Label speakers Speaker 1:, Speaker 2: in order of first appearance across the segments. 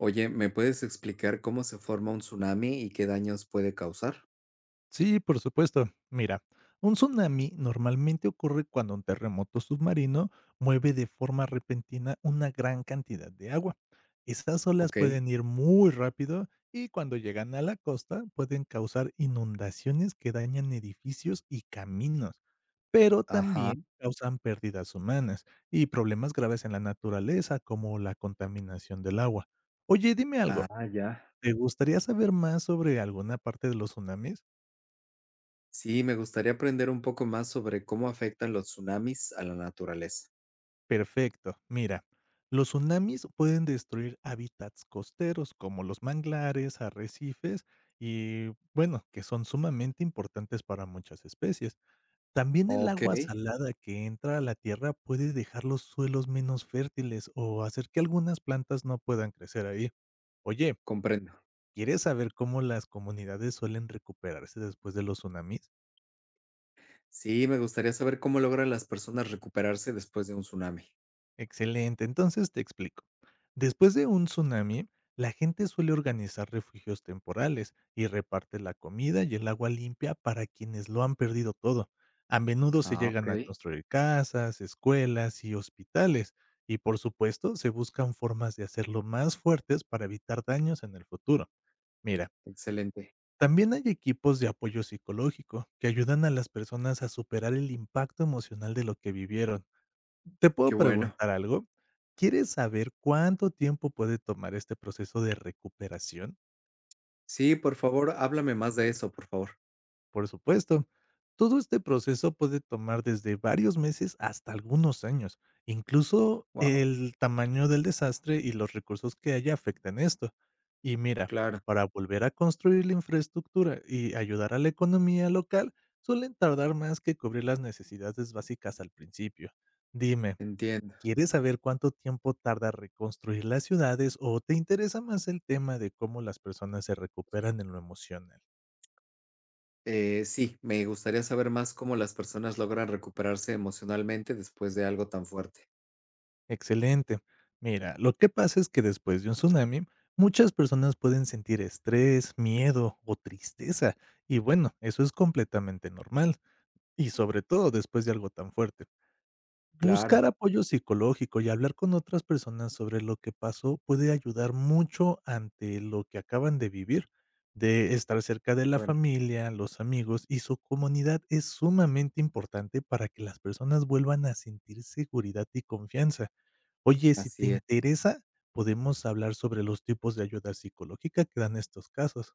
Speaker 1: Oye, ¿me puedes explicar cómo se forma un tsunami y qué daños puede causar?
Speaker 2: Sí, por supuesto. Mira, un tsunami normalmente ocurre cuando un terremoto submarino mueve de forma repentina una gran cantidad de agua. Esas olas
Speaker 1: Ok.
Speaker 2: pueden ir muy rápido y cuando llegan a la costa pueden causar inundaciones que dañan edificios y caminos, pero
Speaker 1: Ajá.
Speaker 2: también causan pérdidas humanas y problemas graves en la naturaleza como la contaminación del agua. Oye, dime algo,
Speaker 1: Ah, ya.
Speaker 2: ¿te gustaría saber más sobre alguna parte de los tsunamis?
Speaker 1: Sí, me gustaría aprender un poco más sobre cómo afectan los tsunamis a la naturaleza.
Speaker 2: Perfecto. Mira, los tsunamis pueden destruir hábitats costeros como los manglares, arrecifes y, bueno, que son sumamente importantes para muchas especies. También el
Speaker 1: Ok.
Speaker 2: agua salada que entra a la tierra puede dejar los suelos menos fértiles o hacer que algunas plantas no puedan crecer ahí. Oye,
Speaker 1: Comprendo.
Speaker 2: ¿quieres saber cómo las comunidades suelen recuperarse después de los tsunamis?
Speaker 1: Sí, me gustaría saber cómo logran las personas recuperarse después de un tsunami.
Speaker 2: Excelente, entonces te explico. Después de un tsunami, la gente suele organizar refugios temporales y reparte la comida y el agua limpia para quienes lo han perdido todo. A menudo se
Speaker 1: Ah, ok.
Speaker 2: llegan a construir casas, escuelas y hospitales, y por supuesto se buscan formas de hacerlo más fuertes para evitar daños en el futuro. Mira,
Speaker 1: Excelente.
Speaker 2: también hay equipos de apoyo psicológico que ayudan a las personas a superar el impacto emocional de lo que vivieron. ¿Te puedo
Speaker 1: Qué bueno.
Speaker 2: preguntar algo? ¿Quieres saber cuánto tiempo puede tomar este proceso de recuperación?
Speaker 1: Sí, por favor, háblame más de eso, por favor.
Speaker 2: Por supuesto. Todo este proceso puede tomar desde varios meses hasta algunos años. Incluso
Speaker 1: Wow,
Speaker 2: el tamaño del desastre y los recursos que haya afectan esto. Y mira,
Speaker 1: claro,
Speaker 2: para volver a construir la infraestructura y ayudar a la economía local, suelen tardar más que cubrir las necesidades básicas al principio. Dime,
Speaker 1: entiendo.
Speaker 2: ¿quieres saber cuánto tiempo tarda reconstruir las ciudades o te interesa más el tema de cómo las personas se recuperan en lo emocional?
Speaker 1: Sí, me gustaría saber más cómo las personas logran recuperarse emocionalmente después de algo tan fuerte.
Speaker 2: Excelente. Mira, lo que pasa es que después de un tsunami, muchas personas pueden sentir estrés, miedo o tristeza. Y bueno, eso es completamente normal. Y sobre todo después de algo tan fuerte.
Speaker 1: Claro,
Speaker 2: Buscar apoyo psicológico y hablar con otras personas sobre lo que pasó puede ayudar mucho ante lo que acaban de vivir. De estar cerca de
Speaker 1: de
Speaker 2: la
Speaker 1: acuerdo.
Speaker 2: familia, los amigos y su comunidad es sumamente importante para que las personas vuelvan a sentir seguridad y confianza. Oye, si te
Speaker 1: Así es.
Speaker 2: interesa, podemos hablar sobre los tipos de ayuda psicológica que dan estos casos.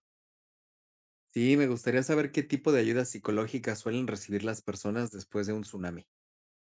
Speaker 1: Sí, me gustaría saber qué tipo de ayuda psicológica suelen recibir las personas después de un tsunami.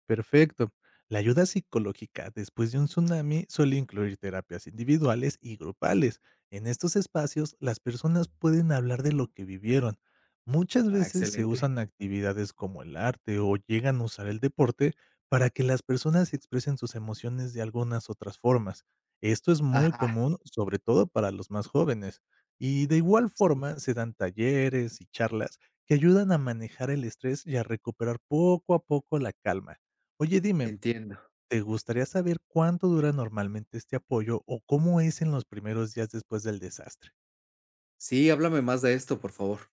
Speaker 2: Perfecto. La ayuda psicológica después de un tsunami suele incluir terapias individuales y grupales. En estos espacios, las personas pueden hablar de lo que vivieron. Muchas
Speaker 1: Ah,
Speaker 2: veces se
Speaker 1: excelente.
Speaker 2: usan actividades como el arte o llegan a usar el deporte para que las personas expresen sus emociones de algunas otras formas. Esto es muy
Speaker 1: Ajá.
Speaker 2: común, sobre todo para los más jóvenes. Y de igual
Speaker 1: Sí.
Speaker 2: forma se dan talleres y charlas que ayudan a manejar el estrés y a recuperar poco a poco la calma. Oye, dime,
Speaker 1: Entiendo.
Speaker 2: ¿te gustaría saber cuánto dura normalmente este apoyo o cómo es en los primeros días después del desastre?
Speaker 1: Sí, háblame más de esto, por favor.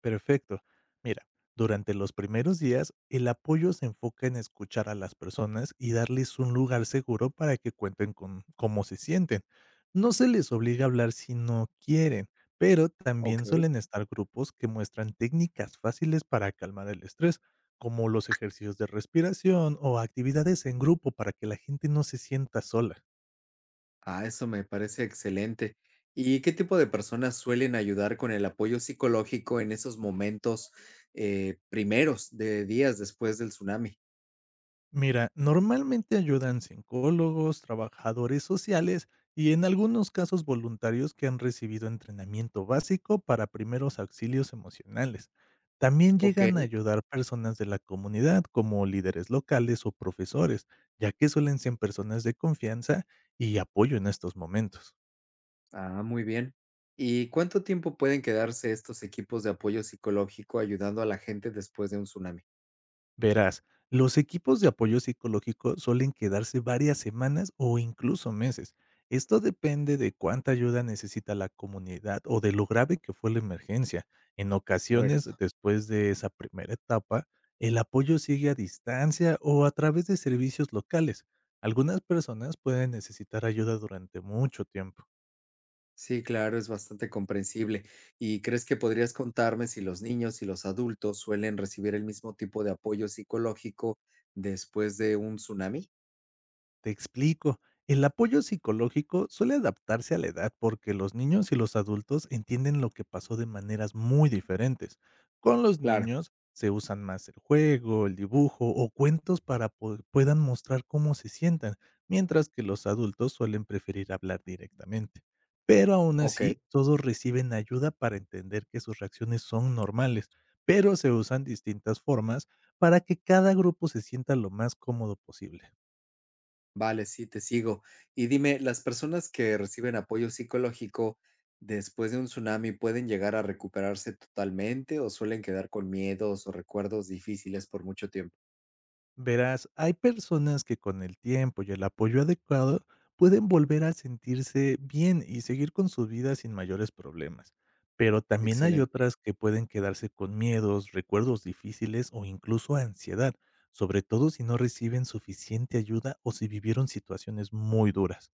Speaker 2: Perfecto. Mira, durante los primeros días, el apoyo se enfoca en escuchar a las personas y darles un lugar seguro para que cuenten con cómo se sienten. No se les obliga a hablar si no quieren, pero
Speaker 1: Ok.
Speaker 2: también suelen estar grupos que muestran técnicas fáciles para calmar el estrés como los ejercicios de respiración o actividades en grupo para que la gente no se sienta sola.
Speaker 1: Ah, eso me parece excelente. ¿Y qué tipo de personas suelen ayudar con el apoyo psicológico en esos momentos, primeros de días después del tsunami?
Speaker 2: Mira, normalmente ayudan psicólogos, trabajadores sociales y en algunos casos voluntarios que han recibido entrenamiento básico para primeros auxilios emocionales. También
Speaker 1: Ok.
Speaker 2: llegan a ayudar personas de la comunidad como líderes locales o profesores, ya que suelen ser personas de confianza y apoyo en estos momentos.
Speaker 1: Ah, muy bien. ¿Y cuánto tiempo pueden quedarse estos equipos de apoyo psicológico ayudando a la gente después de un tsunami?
Speaker 2: Verás, los equipos de apoyo psicológico suelen quedarse varias semanas o incluso meses. Esto depende de cuánta ayuda necesita la comunidad o de lo grave que fue la emergencia. En ocasiones,
Speaker 1: Correcto.
Speaker 2: después de esa primera etapa, el apoyo sigue a distancia o a través de servicios locales. Algunas personas pueden necesitar ayuda durante mucho tiempo.
Speaker 1: Sí, claro, es bastante comprensible. ¿Y crees que podrías contarme si los niños y los adultos suelen recibir el mismo tipo de apoyo psicológico después de un tsunami?
Speaker 2: Te explico. El apoyo psicológico suele adaptarse a la edad porque los niños y los adultos entienden lo que pasó de maneras muy diferentes. Con los
Speaker 1: Claro.
Speaker 2: niños se usan más el juego, el dibujo o cuentos para que puedan mostrar cómo se sientan, mientras que los adultos suelen preferir hablar directamente. Pero aún
Speaker 1: Ok.
Speaker 2: así, todos reciben ayuda para entender que sus reacciones son normales, pero se usan distintas formas para que cada grupo se sienta lo más cómodo posible.
Speaker 1: Vale, sí, te sigo. Y dime, ¿las personas que reciben apoyo psicológico después de un tsunami pueden llegar a recuperarse totalmente o suelen quedar con miedos o recuerdos difíciles por mucho tiempo?
Speaker 2: Verás, hay personas que con el tiempo y el apoyo adecuado pueden volver a sentirse bien y seguir con su vida sin mayores problemas, pero también hay
Speaker 1: Excelente.
Speaker 2: otras que pueden quedarse con miedos, recuerdos difíciles o incluso ansiedad, sobre todo si no reciben suficiente ayuda o si vivieron situaciones muy duras.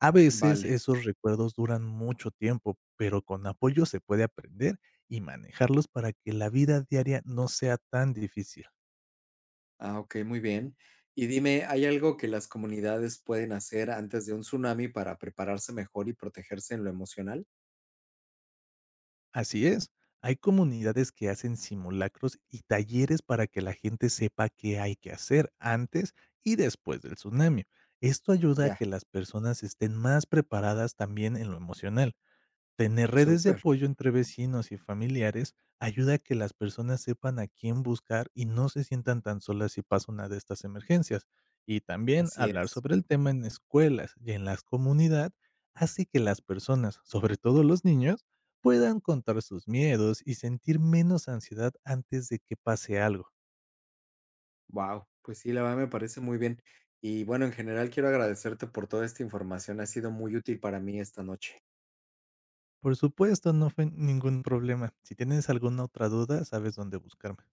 Speaker 2: A veces
Speaker 1: Vale.
Speaker 2: esos recuerdos duran mucho tiempo, pero con apoyo se puede aprender y manejarlos para que la vida diaria no sea tan difícil.
Speaker 1: Ah, ok, muy bien. Y dime, ¿hay algo que las comunidades pueden hacer antes de un tsunami para prepararse mejor y protegerse en lo emocional?
Speaker 2: Así es. Hay comunidades que hacen simulacros y talleres para que la gente sepa qué hay que hacer antes y después del tsunami. Esto ayuda a
Speaker 1: Ya,
Speaker 2: que las personas estén más preparadas también en lo emocional. Tener redes de
Speaker 1: súper.
Speaker 2: apoyo entre vecinos y familiares ayuda a que las personas sepan a quién buscar y no se sientan tan solas si pasa una de estas emergencias. Y también
Speaker 1: Así
Speaker 2: hablar
Speaker 1: es.
Speaker 2: sobre el tema en escuelas y en las comunidad hace que las personas, sobre todo los niños, puedan contar sus miedos y sentir menos ansiedad antes de que pase algo.
Speaker 1: Wow, pues sí, la verdad me parece muy bien. Y bueno, en general quiero agradecerte por toda esta información, ha sido muy útil para mí esta noche.
Speaker 2: Por supuesto, no fue ningún problema. Si tienes alguna otra duda, sabes dónde buscarme.